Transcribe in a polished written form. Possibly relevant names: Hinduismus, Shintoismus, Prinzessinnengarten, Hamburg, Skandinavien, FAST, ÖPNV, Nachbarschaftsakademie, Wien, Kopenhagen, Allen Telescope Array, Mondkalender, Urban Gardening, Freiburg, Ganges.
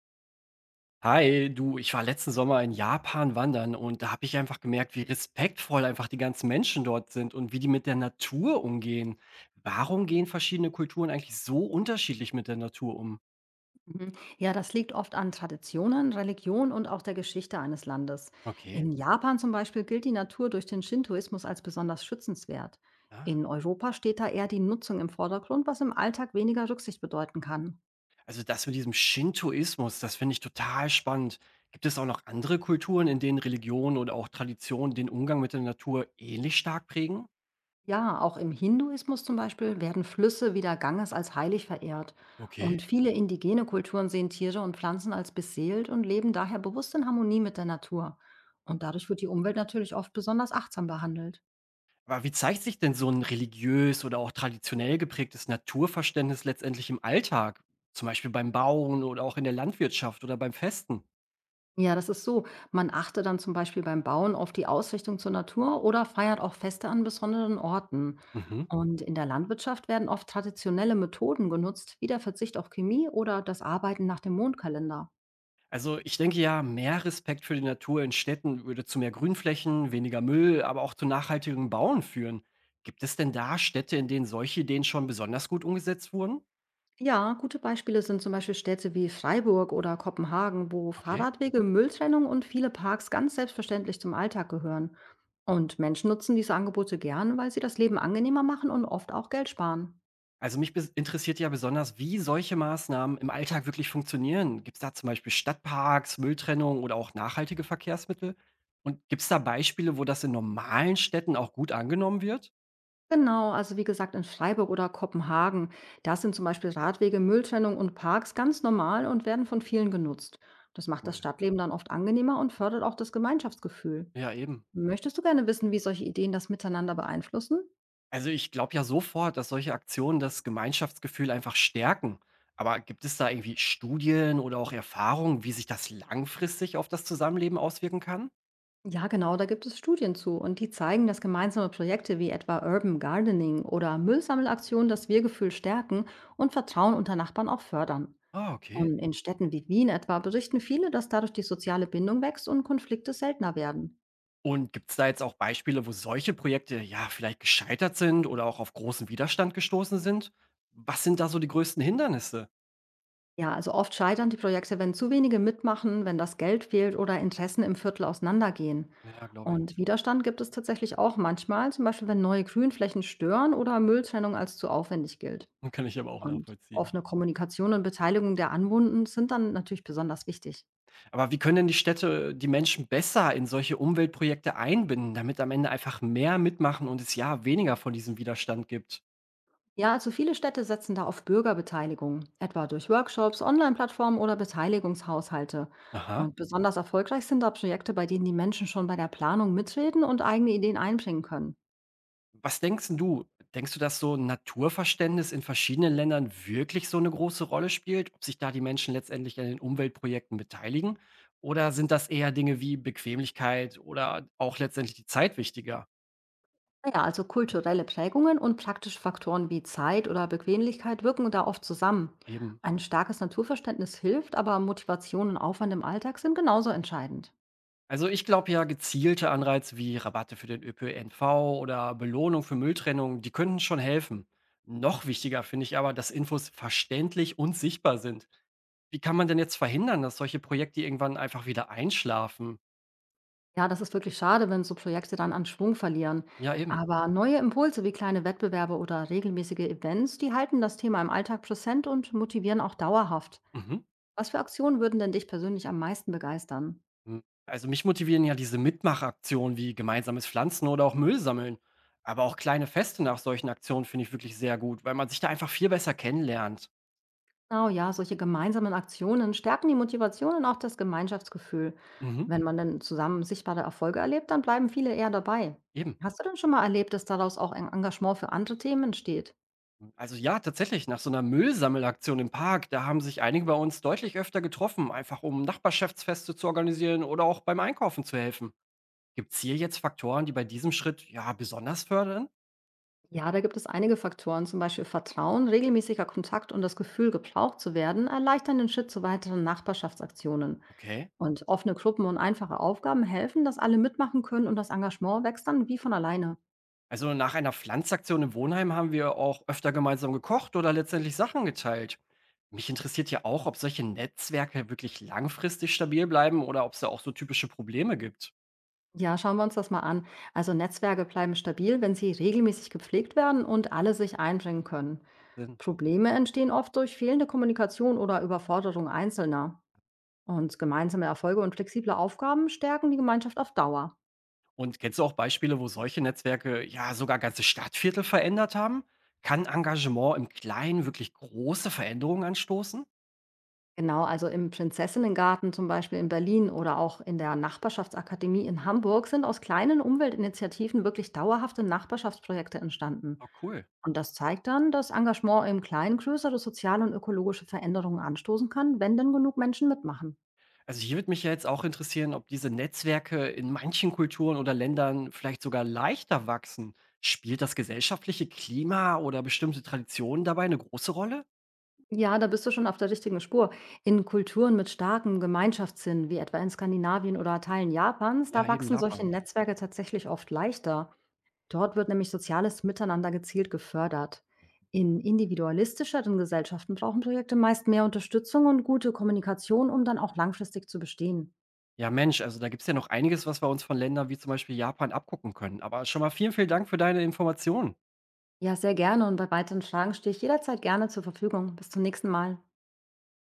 Hi, du, ich war letzten Sommer in Japan wandern und da habe ich einfach gemerkt, wie respektvoll einfach die ganzen Menschen dort sind und wie die mit der Natur umgehen. Warum gehen verschiedene Kulturen eigentlich so unterschiedlich mit der Natur um? Mhm. Ja, das liegt oft an Traditionen, Religion und auch der Geschichte eines Landes. Okay. In Japan zum Beispiel gilt die Natur durch den Shintoismus als besonders schützenswert. Ah. In Europa steht da eher die Nutzung im Vordergrund, was im Alltag weniger Rücksicht bedeuten kann. Also das mit diesem Shintoismus, das finde ich total spannend. Gibt es auch noch andere Kulturen, in denen Religion oder auch Tradition den Umgang mit der Natur ähnlich stark prägen? Ja, auch im Hinduismus zum Beispiel werden Flüsse wie der Ganges als heilig verehrt. Und Okay. viele indigene Kulturen sehen Tiere und Pflanzen als beseelt und leben daher bewusst in Harmonie mit der Natur. Und dadurch wird die Umwelt natürlich oft besonders achtsam behandelt. Aber wie zeigt sich denn so ein religiös oder auch traditionell geprägtes Naturverständnis letztendlich im Alltag? Zum Beispiel beim Bauen oder auch in der Landwirtschaft oder beim Festen? Ja, das ist so. Man achte dann zum Beispiel beim Bauen auf die Ausrichtung zur Natur oder feiert auch Feste an besonderen Orten. Mhm. Und in der Landwirtschaft werden oft traditionelle Methoden genutzt, wie der Verzicht auf Chemie oder das Arbeiten nach dem Mondkalender. Also, ich denke ja, mehr Respekt für die Natur in Städten würde zu mehr Grünflächen, weniger Müll, aber auch zu nachhaltigem Bauen führen. Gibt es denn da Städte, in denen solche Ideen schon besonders gut umgesetzt wurden? Ja, gute Beispiele sind zum Beispiel Städte wie Freiburg oder Kopenhagen, wo Okay. Fahrradwege, Mülltrennung und viele Parks ganz selbstverständlich zum Alltag gehören. Und Menschen nutzen diese Angebote gern, weil sie das Leben angenehmer machen und oft auch Geld sparen. Also mich interessiert ja besonders, wie solche Maßnahmen im Alltag wirklich funktionieren. Gibt es da zum Beispiel Stadtparks, Mülltrennung oder auch nachhaltige Verkehrsmittel? Und gibt es da Beispiele, wo das in normalen Städten auch gut angenommen wird? Genau, also wie gesagt, in Freiburg oder Kopenhagen, da sind zum Beispiel Radwege, Mülltrennung und Parks ganz normal und werden von vielen genutzt. Das macht das Cool. Stadtleben dann oft angenehmer und fördert auch das Gemeinschaftsgefühl. Ja, eben. Möchtest du gerne wissen, wie solche Ideen das Miteinander beeinflussen? Also ich glaube ja sofort, dass solche Aktionen das Gemeinschaftsgefühl einfach stärken. Aber gibt es da irgendwie Studien oder auch Erfahrungen, wie sich das langfristig auf das Zusammenleben auswirken kann? Ja, genau, da gibt es Studien zu und die zeigen, dass gemeinsame Projekte wie etwa Urban Gardening oder Müllsammelaktionen das Wir-Gefühl stärken und Vertrauen unter Nachbarn auch fördern. Ah, okay. Und in Städten wie Wien etwa berichten viele, dass dadurch die soziale Bindung wächst und Konflikte seltener werden. Und gibt's da jetzt auch Beispiele, wo solche Projekte, ja, vielleicht gescheitert sind oder auch auf großen Widerstand gestoßen sind? Was sind da so die größten Hindernisse? Ja, also oft scheitern die Projekte, wenn zu wenige mitmachen, wenn das Geld fehlt oder Interessen im Viertel auseinandergehen. Ja, glaube ich. Und Widerstand gibt es tatsächlich auch manchmal, zum Beispiel wenn neue Grünflächen stören oder Mülltrennung als zu aufwendig gilt. Kann ich aber auch Und nachvollziehen. offene Kommunikation und Beteiligung der Anwohner sind dann natürlich besonders wichtig. Aber wie können denn die Städte die Menschen besser in solche Umweltprojekte einbinden, damit am Ende einfach mehr mitmachen und es ja weniger von diesem Widerstand gibt? Ja, also viele Städte setzen da auf Bürgerbeteiligung, etwa durch Workshops, Online-Plattformen oder Beteiligungshaushalte. Aha. Und besonders erfolgreich sind da Projekte, bei denen die Menschen schon bei der Planung mitreden und eigene Ideen einbringen können. Was denkst 'n du? Denkst du, dass so 'n Naturverständnis in verschiedenen Ländern wirklich so eine große Rolle spielt? Ob sich da die Menschen letztendlich an den Umweltprojekten beteiligen? Oder sind das eher Dinge wie Bequemlichkeit oder auch letztendlich die Zeit wichtiger? Naja, also kulturelle Prägungen und praktische Faktoren wie Zeit oder Bequemlichkeit wirken da oft zusammen. Eben. Ein starkes Naturverständnis hilft, aber Motivation und Aufwand im Alltag sind genauso entscheidend. Also, ich glaube ja, gezielte Anreize wie Rabatte für den ÖPNV oder Belohnung für Mülltrennung, die könnten schon helfen. Noch wichtiger finde ich aber, dass Infos verständlich und sichtbar sind. Wie kann man denn jetzt verhindern, dass solche Projekte irgendwann einfach wieder einschlafen? Ja, das ist wirklich schade, wenn so Projekte dann an Schwung verlieren. Ja, eben. Aber neue Impulse wie kleine Wettbewerbe oder regelmäßige Events, die halten das Thema im Alltag präsent und motivieren auch dauerhaft. Mhm. Was für Aktionen würden denn dich persönlich am meisten begeistern? Hm. Also mich motivieren ja diese Mitmachaktionen wie gemeinsames Pflanzen oder auch Müll sammeln. Aber auch kleine Feste nach solchen Aktionen finde ich wirklich sehr gut, weil man sich da einfach viel besser kennenlernt. Genau, ja, solche gemeinsamen Aktionen stärken die Motivation und auch das Gemeinschaftsgefühl. Mhm. Wenn man dann zusammen sichtbare Erfolge erlebt, dann bleiben viele eher dabei. Eben. Hast du denn schon mal erlebt, dass daraus auch ein Engagement für andere Themen entsteht? Also ja, tatsächlich, nach so einer Müllsammelaktion im Park, da haben sich einige bei uns deutlich öfter getroffen, einfach um Nachbarschaftsfeste zu organisieren oder auch beim Einkaufen zu helfen. Gibt es hier jetzt Faktoren, die bei diesem Schritt ja besonders fördern? Ja, da gibt es einige Faktoren, zum Beispiel Vertrauen, regelmäßiger Kontakt und das Gefühl, gebraucht zu werden, erleichtern den Schritt zu weiteren Nachbarschaftsaktionen. Okay. Und offene Gruppen und einfache Aufgaben helfen, dass alle mitmachen können und das Engagement wächst dann wie von alleine. Also nach einer Pflanzaktion im Wohnheim haben wir auch öfter gemeinsam gekocht oder letztendlich Sachen geteilt. Mich interessiert ja auch, ob solche Netzwerke wirklich langfristig stabil bleiben oder ob es da auch so typische Probleme gibt. Ja, schauen wir uns das mal an. Also Netzwerke bleiben stabil, wenn sie regelmäßig gepflegt werden und alle sich einbringen können. Sinn. Probleme entstehen oft durch fehlende Kommunikation oder Überforderung Einzelner. Und gemeinsame Erfolge und flexible Aufgaben stärken die Gemeinschaft auf Dauer. Und kennst du auch Beispiele, wo solche Netzwerke ja sogar ganze Stadtviertel verändert haben? Kann Engagement im Kleinen wirklich große Veränderungen anstoßen? Genau, also im Prinzessinnengarten zum Beispiel in Berlin oder auch in der Nachbarschaftsakademie in Hamburg sind aus kleinen Umweltinitiativen wirklich dauerhafte Nachbarschaftsprojekte entstanden. Oh, cool. Und das zeigt dann, dass Engagement im Kleinen größere soziale und ökologische Veränderungen anstoßen kann, wenn denn genug Menschen mitmachen. Also hier würde mich ja jetzt auch interessieren, ob diese Netzwerke in manchen Kulturen oder Ländern vielleicht sogar leichter wachsen. Spielt das gesellschaftliche Klima oder bestimmte Traditionen dabei eine große Rolle? Ja, da bist du schon auf der richtigen Spur. In Kulturen mit starkem Gemeinschaftssinn, wie etwa in Skandinavien oder Teilen Japans, da Ja, eben wachsen solche Japan. Netzwerke tatsächlich oft leichter. Dort wird nämlich soziales Miteinander gezielt gefördert. In individualistischeren Gesellschaften brauchen Projekte meist mehr Unterstützung und gute Kommunikation, um dann auch langfristig zu bestehen. Ja, Mensch, also da gibt es ja noch einiges, was wir uns von Ländern wie zum Beispiel Japan abgucken können. Aber schon mal vielen, vielen Dank für deine Informationen. Ja, sehr gerne und bei weiteren Fragen stehe ich jederzeit gerne zur Verfügung. Bis zum nächsten Mal.